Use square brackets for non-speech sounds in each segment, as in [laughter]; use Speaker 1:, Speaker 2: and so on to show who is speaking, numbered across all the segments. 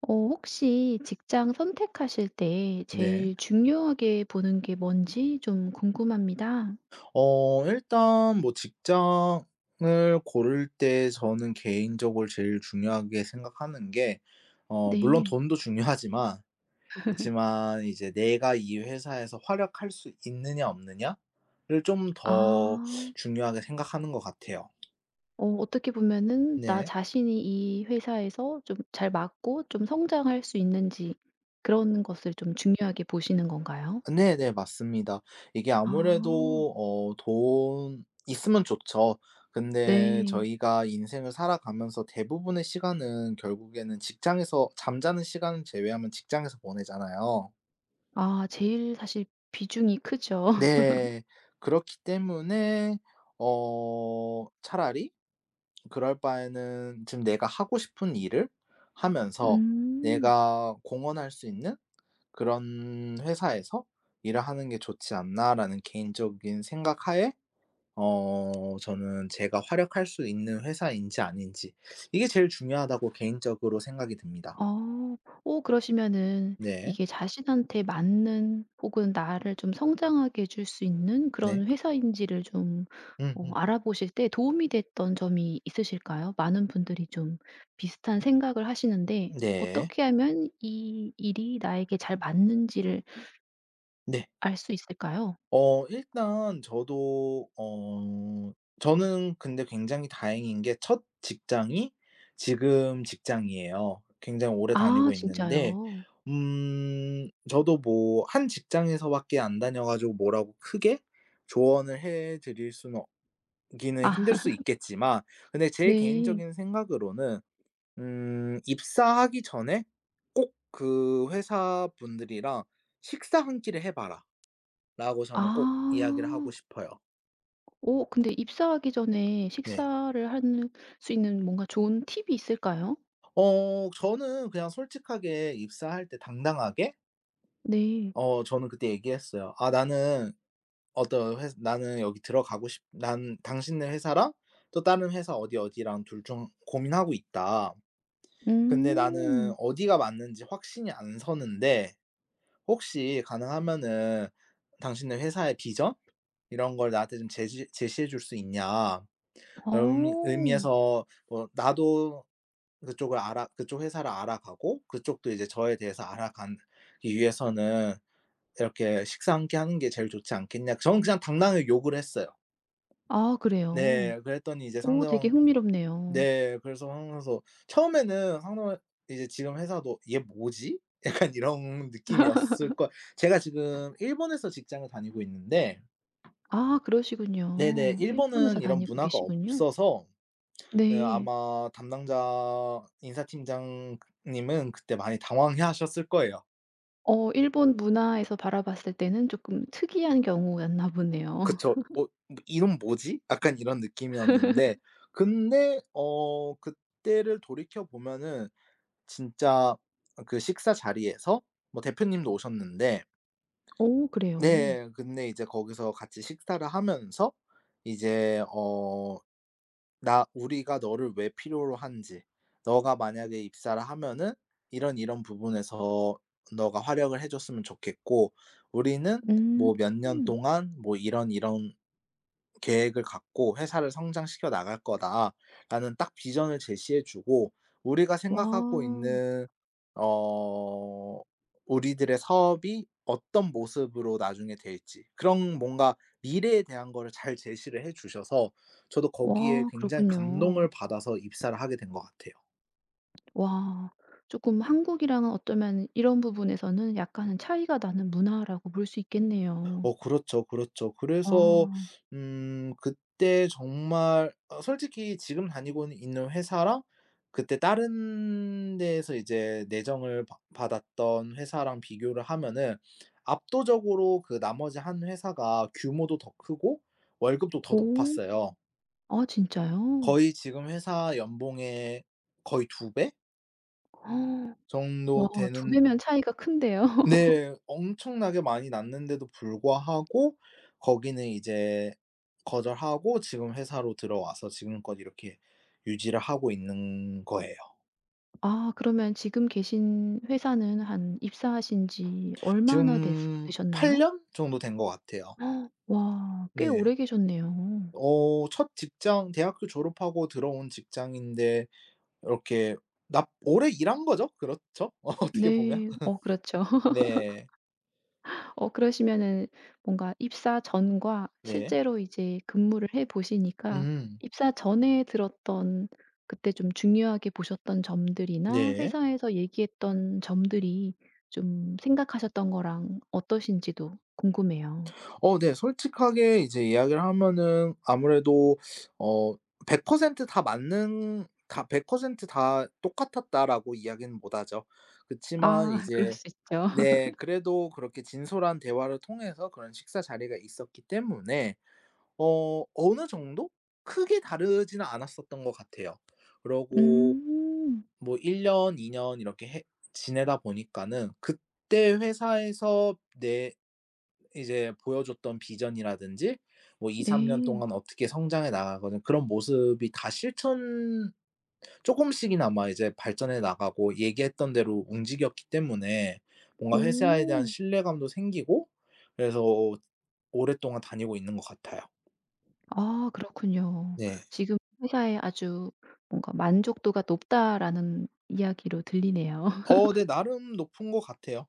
Speaker 1: 어 혹시 직장 선택하실 때
Speaker 2: 네.
Speaker 1: 제일 중요하게 보는 게 뭔지 좀 궁금합니다.
Speaker 2: 일단 뭐 직장을 고를 때 저는 개인적으로 제일 중요하게 생각하는 게 물론
Speaker 1: 네.
Speaker 2: 돈도 중요하지만 그치만 이제 '내가 이 회사에서 활약할 수 있느냐 없느냐.'를 좀 더
Speaker 1: 아.
Speaker 2: 중요하게 생각하는 것 같아요.
Speaker 1: 어 어떻게 보면은 '나
Speaker 2: 네.
Speaker 1: 자신이 이 회사에서 좀 잘 맞고 좀 성장할 수 있는지.' 그런 것을 좀 중요하게 보시는 건가요?
Speaker 2: 네네. 맞습니다. 이게
Speaker 1: 아.
Speaker 2: 아무래도 돈 있으면 좋죠. 근데
Speaker 1: 네.
Speaker 2: 저희가 인생을 살아가면서 대부분의 시간은 결국에는 직장에서 잠자는 시간을 제외하면 직장에서 보내잖아요.
Speaker 1: 아 제일 사실 비중이 크죠.
Speaker 2: 네. 그렇기 때문에 차라리 그럴 바에는 지금 내가 하고 싶은 일을
Speaker 1: [laughs]
Speaker 2: 하면서
Speaker 1: 음.
Speaker 2: 내가 공헌할 수 있는 그런 회사에서 일을 하는 게 좋지 않나라는 개인적인 생각하에 저는 제가 활약할 수 있는 회사인지 아닌지 이게 제일 중요하다고 개인적으로 생각이 듭니다.
Speaker 1: 어. 오 그러시면은
Speaker 2: 네.
Speaker 1: 이게 자신한테 맞는 혹은 나를 좀 성장하게 해줄 수 있는
Speaker 2: 네.
Speaker 1: 그런 회사인지를 좀 어
Speaker 2: 음음.
Speaker 1: 알아보실 때 도움이 됐던 점이 있으실까요? 많은 분들이 좀 비슷한 생각을 하시는데
Speaker 2: 네.
Speaker 1: 어떻게 하면 이 일이 나에게 잘 맞는지를
Speaker 2: 네.
Speaker 1: 알 수 있을까요?
Speaker 2: 일단 저도 저는 근데 굉장히 다행인 게 첫 직장이 지금 직장이에요. 굉장히 오래
Speaker 1: 아
Speaker 2: 다니고 있는데
Speaker 1: 진짜요?
Speaker 2: 저도 뭐 한 직장에서 밖에 안 다녀 가지고 뭐라고 크게 조언을 해 드릴 수는 기는
Speaker 1: 아
Speaker 2: 힘들 수
Speaker 1: [laughs]
Speaker 2: 있겠지만 근데 제
Speaker 1: 네.
Speaker 2: 개인적인 생각으로는 입사하기 전에 꼭 그 회사 분들이랑 "식사 한 끼를 해 봐라."라고 저는 꼭 이야기를 하고
Speaker 1: 아.
Speaker 2: 싶어요.
Speaker 1: 오 근데 입사하기 전에
Speaker 2: 네.
Speaker 1: 식사를 할 수 있는 뭔가 좋은 팁이 있을까요?
Speaker 2: 어 저는 그냥 솔직하게 입사할 때 당당하게
Speaker 1: 네.
Speaker 2: 저는 그때 얘기했어요. "아 나는 어떤 회사 나는 여기 들어가고 싶 난 당신네 회사랑 또 다른 회사 어디 어디랑 둘 중 고민하고 있다." 근데 나는
Speaker 1: 음.
Speaker 2: 어디가 맞는지 확신이 안 서는데 혹시 가능하면은 "당신의 회사의 비전 이런 걸 나한테 좀 제시해 줄 수 있냐." 그런
Speaker 1: 어.
Speaker 2: 의미에서 뭐 나도 그쪽 회사를 알아가고 그쪽도 이제 저에 대해서 알아가기 위해서는 이렇게 "식사 함께 하는 게 제일 좋지 않겠냐." 저는 그냥 당당하게 욕을 했어요.
Speaker 1: 아 그래요?
Speaker 2: 네. 그랬더니 이제
Speaker 1: 오 되게
Speaker 2: 상대방
Speaker 1: 흥미롭네요.
Speaker 2: 네. 그래서 항상 처음에는 항상 이제 지금 회사도 '얘 뭐지?' [laughs] 약간 이런 느낌이었을 거 제가 지금 일본에서 직장을 다니고 있는데
Speaker 1: 아
Speaker 2: 네네.
Speaker 1: 그러시군요. 일본에서
Speaker 2: 일본은 이런
Speaker 1: 다니고
Speaker 2: 문화가
Speaker 1: 계시군요.
Speaker 2: 없어서 예
Speaker 1: 네.
Speaker 2: 아마 담당자 인사팀장님은 그때 많이 당황해하셨을 거예요.
Speaker 1: 어 일본 문화에서 바라봤을 때는 쪼끔 특이한 경우였나 보네요.
Speaker 2: 그쵸.
Speaker 1: [laughs]
Speaker 2: 이놈 뭐지?' 약간 이런 느낌이었는데 근데 그때를 돌이켜 보면은 진짜 그 식사 자리에서 뭐 대표님도 오셨는데
Speaker 1: 오 그래요?
Speaker 2: 네. 근데 이제 거기서 같이 식사를 하면서 이제 "나 우리가 너를 왜 필요로 한지. 너가 만약에 입사를 하면은 이런 이런 부분에서 너가 활약을 해 줬으면 좋겠고 우리는
Speaker 1: 음.
Speaker 2: 뭐 몇 년 동안 뭐 이런 이런 계획을 갖고 회사를 성장시켜 나갈 거다라는 딱 비전을 제시해 주고 우리가 생각하고
Speaker 1: 와.
Speaker 2: 있는 어 우리들의 사업이 어떤 모습으로 나중에 될지 그런 뭔가 미래에 대한 거를 잘 제시를 해 주셔서 저도 거기에
Speaker 1: 와
Speaker 2: 굉장히 감동을
Speaker 1: 그렇군요.
Speaker 2: 받아서 입사를 하게 된 것 같아요.
Speaker 1: 와. 쪼끔 한국이랑은 어쩌면 이런 부분에서는 약간은 차이가 나는 문화라고 볼 수 있겠네요.
Speaker 2: 그렇죠, 그렇죠.
Speaker 1: 와.
Speaker 2: 그래서 그때 정말 솔직히 지금 다니고 있는 회사랑 그때 다른 데에서 이제 내정을 받 받았던 회사랑 비교를 하면은 압도적으로 그 나머지 한 회사가 규모도 더 크고 월급도 더
Speaker 1: 오.
Speaker 2: 높았어요.
Speaker 1: 아 진짜요?
Speaker 2: 거의 지금 회사 연봉의 거의 2배
Speaker 1: 어.
Speaker 2: 정도
Speaker 1: 와 두
Speaker 2: 되는
Speaker 1: 배면 차이가 큰데요. [laughs]
Speaker 2: 네. 엄청나게 많이 났는데도 불구하고 거기는 이제 거절하고 지금 회사로 들어와서 지금껏 이렇게 유지를 하고 있는 거예요.
Speaker 1: 아 그러면 지금 계신 회사는 한 입사하신 지 얼마나 됐
Speaker 2: 지금 8
Speaker 1: 되셨나요?
Speaker 2: 년 정도 된 것 같아요.
Speaker 1: 와 꽤
Speaker 2: 네.
Speaker 1: 오래 계셨네요.
Speaker 2: 첫 직장 대학교 졸업하고 들어온 직장인데 이렇게 나 오래 일한 거죠. 그렇죠? [laughs] 어떻게 보면.
Speaker 1: 네. 어 그렇죠.
Speaker 2: 네.
Speaker 1: 어 그러시면은 뭔가 입사 전과
Speaker 2: 네.
Speaker 1: 실제로 이제 근무를 해 보시니까
Speaker 2: 음.
Speaker 1: 입사 전에 들었던 그때 좀 중요하게 보셨던 점들이나
Speaker 2: 네.
Speaker 1: 회사에서 얘기했던 점들이 좀 생각하셨던 거랑 어떠신지도 궁금해요.
Speaker 2: 네. 솔직하게 이제 이야기를 하면은 아무래도 어 100%다 맞는 다 100%다 똑같았다라고 이야기는 못 하죠. 그치만
Speaker 1: 아 [laughs] 그럴
Speaker 2: 이제
Speaker 1: 수 있죠.
Speaker 2: 네 그래도 그렇게 진솔한 대화를 통해서 그런 식사 자리가 있었기 때문에 어느 정도 크게 다르지는 않았었던 것 같아요. 그러고
Speaker 1: 음.
Speaker 2: 뭐 1 년, 2년 이렇게 해 지내다 보니까는 그때 회사에서 내 이제 보여줬던 비전이라든지 뭐 2-3년
Speaker 1: 네.
Speaker 2: 동안 어떻게 성장해 나가거든 그런 모습이 다 실천 조금씩이나마 이제 발전해 나가고 얘기했던 대로 움직였기 때문에 뭔가 회사에 대한
Speaker 1: 오.
Speaker 2: 신뢰감도 생기고 그래서 오랫동안 다니고 있는 것 같아요.
Speaker 1: 아 그렇군요.
Speaker 2: 네.
Speaker 1: 지금 회사에 아주 뭔가 만족도가 높다라는 이야기로 들리네요.
Speaker 2: 네 나름 높은 것 같아요.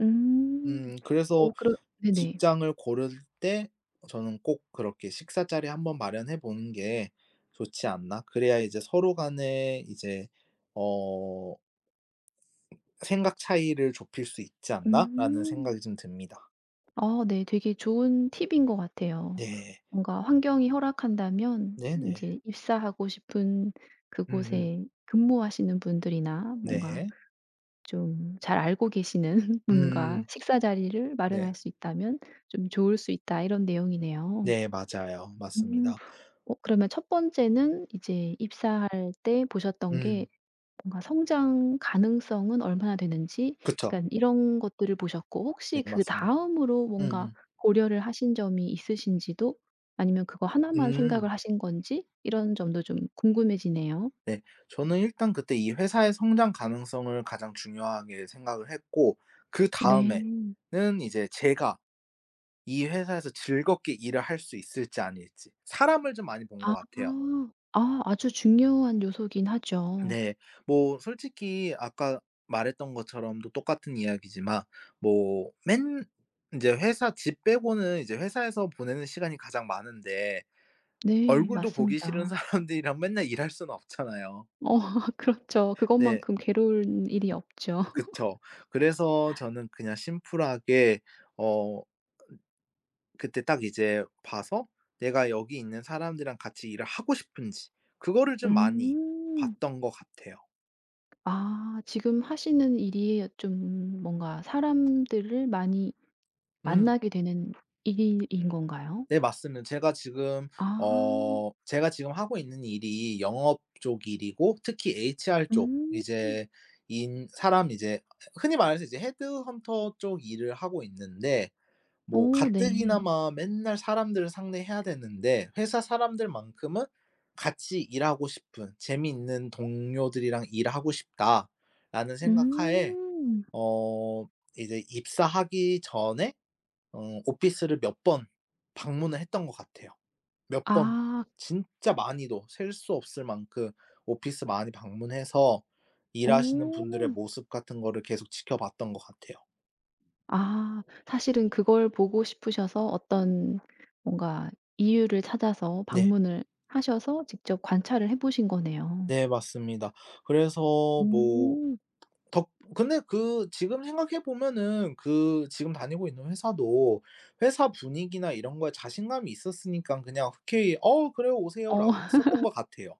Speaker 1: 음.
Speaker 2: 그래서
Speaker 1: 어 그럼 네네.
Speaker 2: 직장을 고를 때 저는 꼭 그렇게 식사 자리 한번 마련해 보는 게 좋지 않나. 그래야 이제 서로 간에 이제 어 '생각 차이를 좁힐 수 있지 않나.'라는
Speaker 1: 음.
Speaker 2: 생각이 좀 듭니다.
Speaker 1: 아 네. 되게 좋은 팁인 것 같아요.
Speaker 2: 네.
Speaker 1: 뭔가 환경이 허락한다면
Speaker 2: 네네.
Speaker 1: 인제 입사하고 싶은
Speaker 2: 음음.
Speaker 1: 그곳에 근무하시는 분들이나 뭔가
Speaker 2: 네.
Speaker 1: 좀 잘 알고 계시는 [laughs] 분과
Speaker 2: 음음.
Speaker 1: 식사 자리를
Speaker 2: 네.
Speaker 1: 마련할 수 있다면 좀 좋을 수 있다 이런 내용이네요.
Speaker 2: 네 맞아요.
Speaker 1: 음.
Speaker 2: 맞습니다.
Speaker 1: 어 그러면 첫 번째는 이제 입사할 때 보셨던 게
Speaker 2: 음.
Speaker 1: 뭔가 성장 가능성은 얼마나 되는지
Speaker 2: 그쵸.
Speaker 1: 그러니까 이런 것들을 보셨고
Speaker 2: 네
Speaker 1: 혹시
Speaker 2: 맞습니다.
Speaker 1: 그다음으로 뭔가
Speaker 2: 음음.
Speaker 1: 고려를 하신 점이 있으신지도 아니면 그거
Speaker 2: 음.
Speaker 1: 하나만
Speaker 2: 음.
Speaker 1: 생각을 하신 건지 이런 점도 좀 궁금해지네요.
Speaker 2: 네. 저는 일단 그때 이 회사의 성장 가능성을 가장 중요하게 생각을 했고
Speaker 1: 네.
Speaker 2: 그다음에는 이제 제가 이 회사에서 즐겁게 일을 할 수 있을지 아닐지 사람을 좀 많이 본 것
Speaker 1: 아.
Speaker 2: 같아요.
Speaker 1: 아 아주 중요한 요소긴 하죠.
Speaker 2: 네. 뭐 솔직히 아까 말했던 것처럼도 똑같은 이야기지만 뭐 맨 이제 회사 집 빼고는 이제 회사에서 보내는 시간이 가장 많은데
Speaker 1: 네
Speaker 2: 얼굴도 보기 싫은
Speaker 1: 맞습니다.
Speaker 2: 사람들이랑 맨날 일할 수는 없잖아요.
Speaker 1: 어 [laughs] 그렇죠.
Speaker 2: 네.
Speaker 1: 그것만큼 괴로운 일이 없죠.
Speaker 2: 그쵸. 그래서 저는 그냥 심플하게 어 그때 딱 이제 봐서 내가 여기 있는 사람들이랑 같이 일을 하고 싶은지 그거를 좀 많이
Speaker 1: 음.
Speaker 2: 봤던 것 같아요.
Speaker 1: 아 지금 하시는 일이 좀 뭔가 사람들을 많이
Speaker 2: 음.
Speaker 1: 만나게 되는 일인 건가요?
Speaker 2: 네 맞습니다. 제가 지금
Speaker 1: 아.
Speaker 2: 어 제가 지금 하고 있는 일이 영업 쪽 일이고 특히 HR 쪽
Speaker 1: 음.
Speaker 2: 이제 인 사람 이제 흔히 말해서 이제 헤드헌터 쪽 일을 하고 있는데 뭐
Speaker 1: 어 네.
Speaker 2: 가뜩이나마 맨날 사람들을 상대해야 되는데 회사 사람들만큼은 같이 일하고 싶은 재미있는 동료들이랑 일하고 싶다라는 생각하에
Speaker 1: 음.
Speaker 2: 어 이제 입사하기 전에 오피스를 몇 번 방문을 했던 것 같아요. 몇 번
Speaker 1: 아.
Speaker 2: 진짜 많이도 셀 수 없을 만큼 오피스 많이 방문해서
Speaker 1: 어.
Speaker 2: 일하시는 분들의 모습 같은 거를 계속 지켜봤던 것 같아요.
Speaker 1: 아 사실은 그걸 보고 싶으셔서 어떤 뭔가 이유를 찾아서
Speaker 2: 네.
Speaker 1: 방문을 하셔서 직접 관찰을 해 보신 거네요.
Speaker 2: 네 맞습니다. 그래서 뭐
Speaker 1: 오.
Speaker 2: 덕 근데 그 지금 생각해 보면은 그 지금 다니고 있는 회사도 회사 분위기나 이런 거에 자신감이 있었으니깐 그냥 흔쾌히 "어 그래요. 오세요."라고
Speaker 1: 어
Speaker 2: 했었던 것 같아요.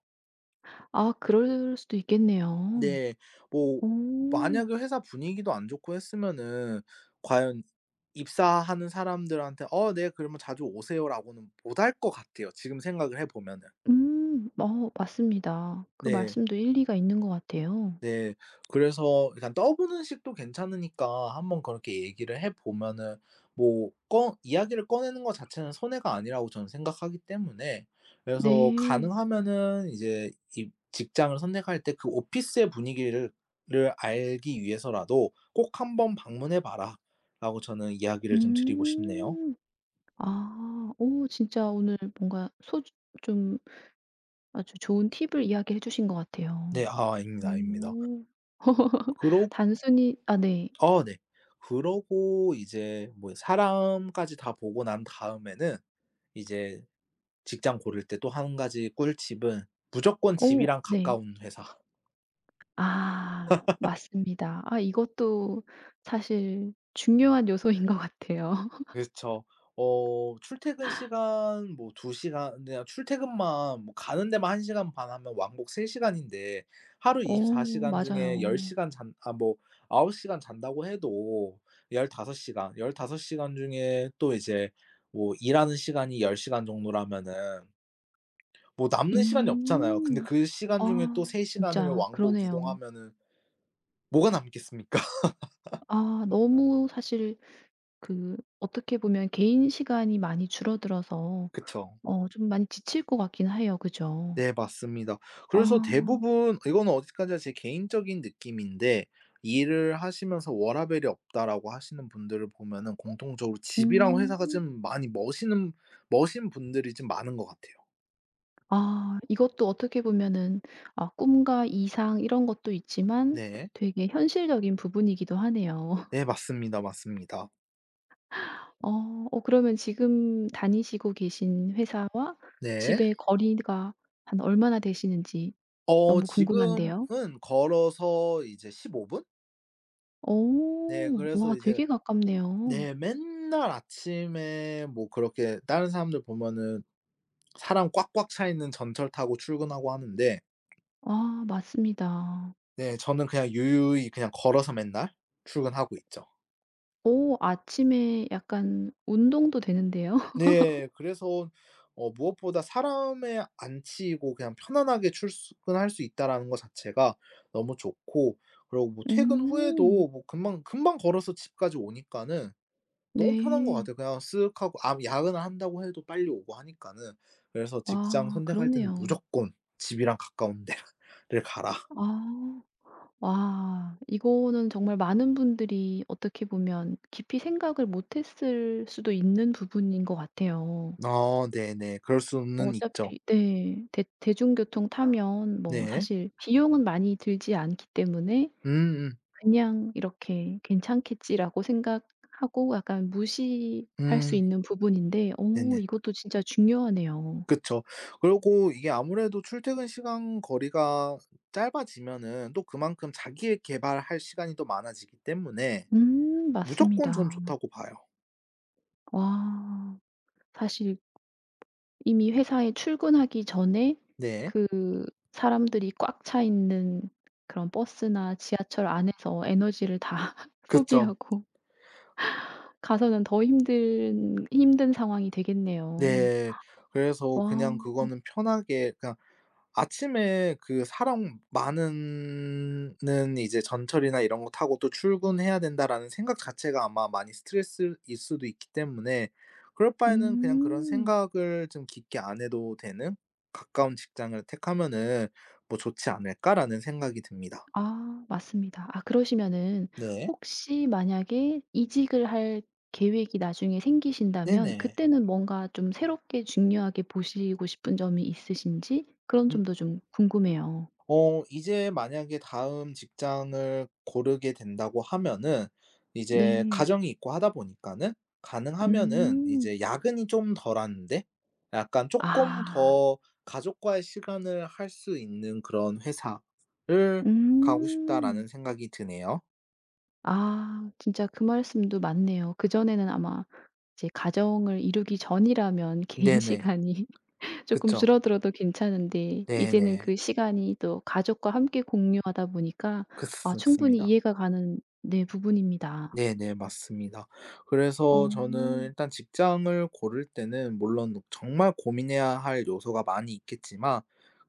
Speaker 1: 아 그럴 수도 있겠네요.
Speaker 2: 네. 뭐
Speaker 1: 오.
Speaker 2: 만약에 회사 분위기도 안 좋고 했으면은 과연 입사하는 사람들한테 "어 네. 그러면 자주 오세요."라고는 못할 것 같아요, 지금 생각을 해 보면은.
Speaker 1: 음. 어 맞습니다. 그
Speaker 2: 네.
Speaker 1: 말씀도 일리가 있는 것 같아요.
Speaker 2: 네. 그래서 일단 떠보는 식도 괜찮으니까 한번 그렇게 얘기를 해 보면은 뭐 꺼 이야기를 꺼내는 거 자체는 손해가 아니라고 저는 생각하기 때문에 그래서
Speaker 1: 네.
Speaker 2: 가능하면은 이제 이 직장을 선택할 때 그 오피스의 분위기를 를 알기 위해서라도 "꼭 한번 방문해 봐라."라고 저는 이야기를 좀 드리고 싶네요.
Speaker 1: 음. 아. 오 진짜 오늘 뭔가 소 좀 아주 좋은 팁을 이야기해 주신 것
Speaker 2: 네.
Speaker 1: 같아요.
Speaker 2: 아 아닙니다, 아닙니다.
Speaker 1: 오. [laughs]
Speaker 2: 그러
Speaker 1: 단순히 아 네.
Speaker 2: 아 네. 그러고 이제 뭐 사람까지 다 보고 난 다음에는 이제 직장 고를 때 또 한 가지 꿀팁은 무조건
Speaker 1: 오
Speaker 2: 집이랑
Speaker 1: 네.
Speaker 2: 가까운 회사.
Speaker 1: 아 맞습니다. 아 이것도 사실 중요한 요소인 것 같아요. [laughs]
Speaker 2: 그렇어 출퇴근 시간 뭐 2 시간 그냥 출퇴근만 뭐 가는 데만 1 시간 반 하면 왕복 3 시간인데 하루 24
Speaker 1: 오
Speaker 2: 시간 중에 열
Speaker 1: 맞아요.
Speaker 2: 시간 잔 아 뭐 9 시간 잔다고 해도 15 시간, 15 시간 중에 또 이제 뭐 일하는 시간이 10 시간 정도라면은 뭐 남는 시간이 없잖아요. 근데
Speaker 1: 음.
Speaker 2: 그 시간 중에 또
Speaker 1: 아
Speaker 2: 3 시간을
Speaker 1: 진짜
Speaker 2: 왕복
Speaker 1: 그러네요.
Speaker 2: 이동하면은 뭐가 남겠습니까? [laughs]
Speaker 1: 아 너무 사실 그 어떻게 보면 개인 시간이 많이 줄어들어서
Speaker 2: 그쵸.
Speaker 1: 어 좀 많이 지칠 것 같긴 해요. 그죠?
Speaker 2: 네 맞습니다. 그래서
Speaker 1: 아.
Speaker 2: 대부분 이거는 어디까지나 제 개인적인 느낌인데 "일을 하시면서 워라밸이 없다."라고 하시는 분들을 보면은 공통적으로 집이랑 회사가
Speaker 1: 음.
Speaker 2: 좀 많이 머시는 머신 분들이 좀 많은 것 같아요.
Speaker 1: 아 이것도 어떻게 보면은 아 꿈과 이상 이런 것도 있지만
Speaker 2: 네.
Speaker 1: 되게 현실적인 부분이기도 하네요.
Speaker 2: 네
Speaker 1: [laughs]
Speaker 2: 맞습니다, 맞습니다.
Speaker 1: 어. 어 그러면 지금 다니시고 계신 회사와
Speaker 2: 네.
Speaker 1: 집의 거리가 한 얼마나 되시는지 너무 궁금한데요.
Speaker 2: 지금은 걸어서 이제 15 분? 네
Speaker 1: 오...
Speaker 2: 그래서
Speaker 1: 와
Speaker 2: 이제
Speaker 1: 되게 가깝네요.
Speaker 2: 네 맨날 아침에 뭐 그렇게 다른 사람들 보면은 사람 꽉꽉 차 있는 전철 타고 출근하고 하는데
Speaker 1: 아 맞습니다.
Speaker 2: 네, 저는 그냥 유유히 그냥 걸어서 맨날 출근하고 있죠.
Speaker 1: 오 아침에 약간 운동도 되는데요.
Speaker 2: 네. 그래서 무엇보다 사람에 안 치이고 그냥 편안하게 출근할 수 있다라는 거 자체가 너무 좋고 그리고 뭐
Speaker 1: [laughs]
Speaker 2: 퇴근
Speaker 1: 음.
Speaker 2: 후에도 뭐 금방 금방 걸어서 집까지 오니까는 너무 편한 것
Speaker 1: 네.
Speaker 2: 같아요. 그냥 쓱 하고 아 야근을 한다고 해도 빨리 오고 하니까는. 그래서 직장
Speaker 1: 와
Speaker 2: 선택할 때는
Speaker 1: 그러네요.
Speaker 2: 무조건 집이랑 가까운 [laughs] 데를 가라.
Speaker 1: 아. 와 이거는 정말 많은 분들이 어떻게 보면 깊이 생각을 못했을 수도 있는 부분인 것 같아요.
Speaker 2: 아 네네. 그럴 수는 있죠.
Speaker 1: 어차피 네. 대 대중교통 타면 뭐
Speaker 2: 네.
Speaker 1: 사실 비용은 많이 들지 않기 때문에
Speaker 2: 음음.
Speaker 1: 그냥 이렇게 '괜찮겠지.'라고 생각하고 약간
Speaker 2: 음.
Speaker 1: 무시할 수
Speaker 2: 음.
Speaker 1: 있는 부분인데 어
Speaker 2: 네네.
Speaker 1: 이것도 진짜 중요하네요.
Speaker 2: 그쵸. 그리고 이게 아무래도 출퇴근 시간 거리가 짧아지면은 또 그만큼 자기 의 개발할 시간이 더 많아지기 때문에 무조건 전
Speaker 1: 맞습니다.
Speaker 2: 좋다고 봐요.
Speaker 1: 와 사실 이미 회사에 출근하기 전에
Speaker 2: 네.
Speaker 1: 그 사람들이 꽉 차 있는 그런 버스나 지하철 안에서 에너지를 다 [laughs]
Speaker 2: 그쵸.
Speaker 1: 소비하고 가서는 더 힘든 상황이 되겠네요.
Speaker 2: 네. 그래서
Speaker 1: 와.
Speaker 2: 그냥 그거는 편하게 그냥 아침에 그 사람 많은 는 이제 전철이나 이런 거 타고 또 '출근해야 된다.'라는 생각 자체가 아마 많이 스트레스일 수도 있기 때문에 그럴 바에는 그냥 그런
Speaker 1: 음.
Speaker 2: 생각을 좀 깊게 안 해도 되는 '가까운 직장을 택하면은 뭐 좋지 않을까.'라는 생각이 듭니다.
Speaker 1: 아 맞습니다. 아 그러시면은
Speaker 2: 네.
Speaker 1: 혹시 만약에 이직을 할 계획이 나중에 생기신다면
Speaker 2: 네네.
Speaker 1: 그때는 뭔가 좀 새롭게 중요하게 보시고 싶은 점이 있으신지 그런
Speaker 2: 음.
Speaker 1: 점도 좀 궁금해요.
Speaker 2: 이제 만약에 다음 직장을 고르게 된다고 하면은 이제
Speaker 1: 네.
Speaker 2: 가정이 있고 하다 보니까는 가능하면은
Speaker 1: 음.
Speaker 2: 이제 야근이 좀 덜한데 약간 조금
Speaker 1: 아.
Speaker 2: 더 가족과의 시간을 할 수 있는 그런 회사를 가고
Speaker 1: 음.
Speaker 2: 싶다라는 생각이 드네요.
Speaker 1: 아 진짜 그 말씀도 맞네요. 그전에는 아마 이제 가정을 이루기 전이라면 [laughs] 개인
Speaker 2: 네네.
Speaker 1: 시간이 [laughs] 조금
Speaker 2: 그쵸.
Speaker 1: 줄어들어도 괜찮은데 이제는
Speaker 2: 네네.
Speaker 1: 그 시간이 또 가족과 함께 공유하다 보니까 아 충분히
Speaker 2: 그렇습니다.
Speaker 1: 이해가 가는 네 부분입니다.
Speaker 2: 네네. 맞습니다. 그래서 저는
Speaker 1: 어
Speaker 2: 일단 직장을 고를 때는 물론 정말 고민해야 할 요소가 많이 있겠지만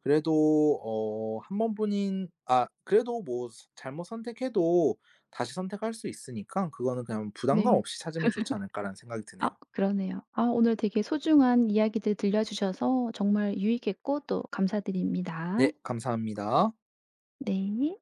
Speaker 2: 그래도 한 번뿐인 아 그래도 뭐 스 잘못 선택해도 다시 선택할 수 있으니까 그거는 그냥 부담감
Speaker 1: 네.
Speaker 2: 없이 찾으면 좋지 않을까라는 생각이 드네요.
Speaker 1: 아 그러네요. 아 오늘 되게 소중한 이야기들 들려주셔서 정말 유익했고 또 감사드립니다.
Speaker 2: 네 감사합니다.
Speaker 1: 네.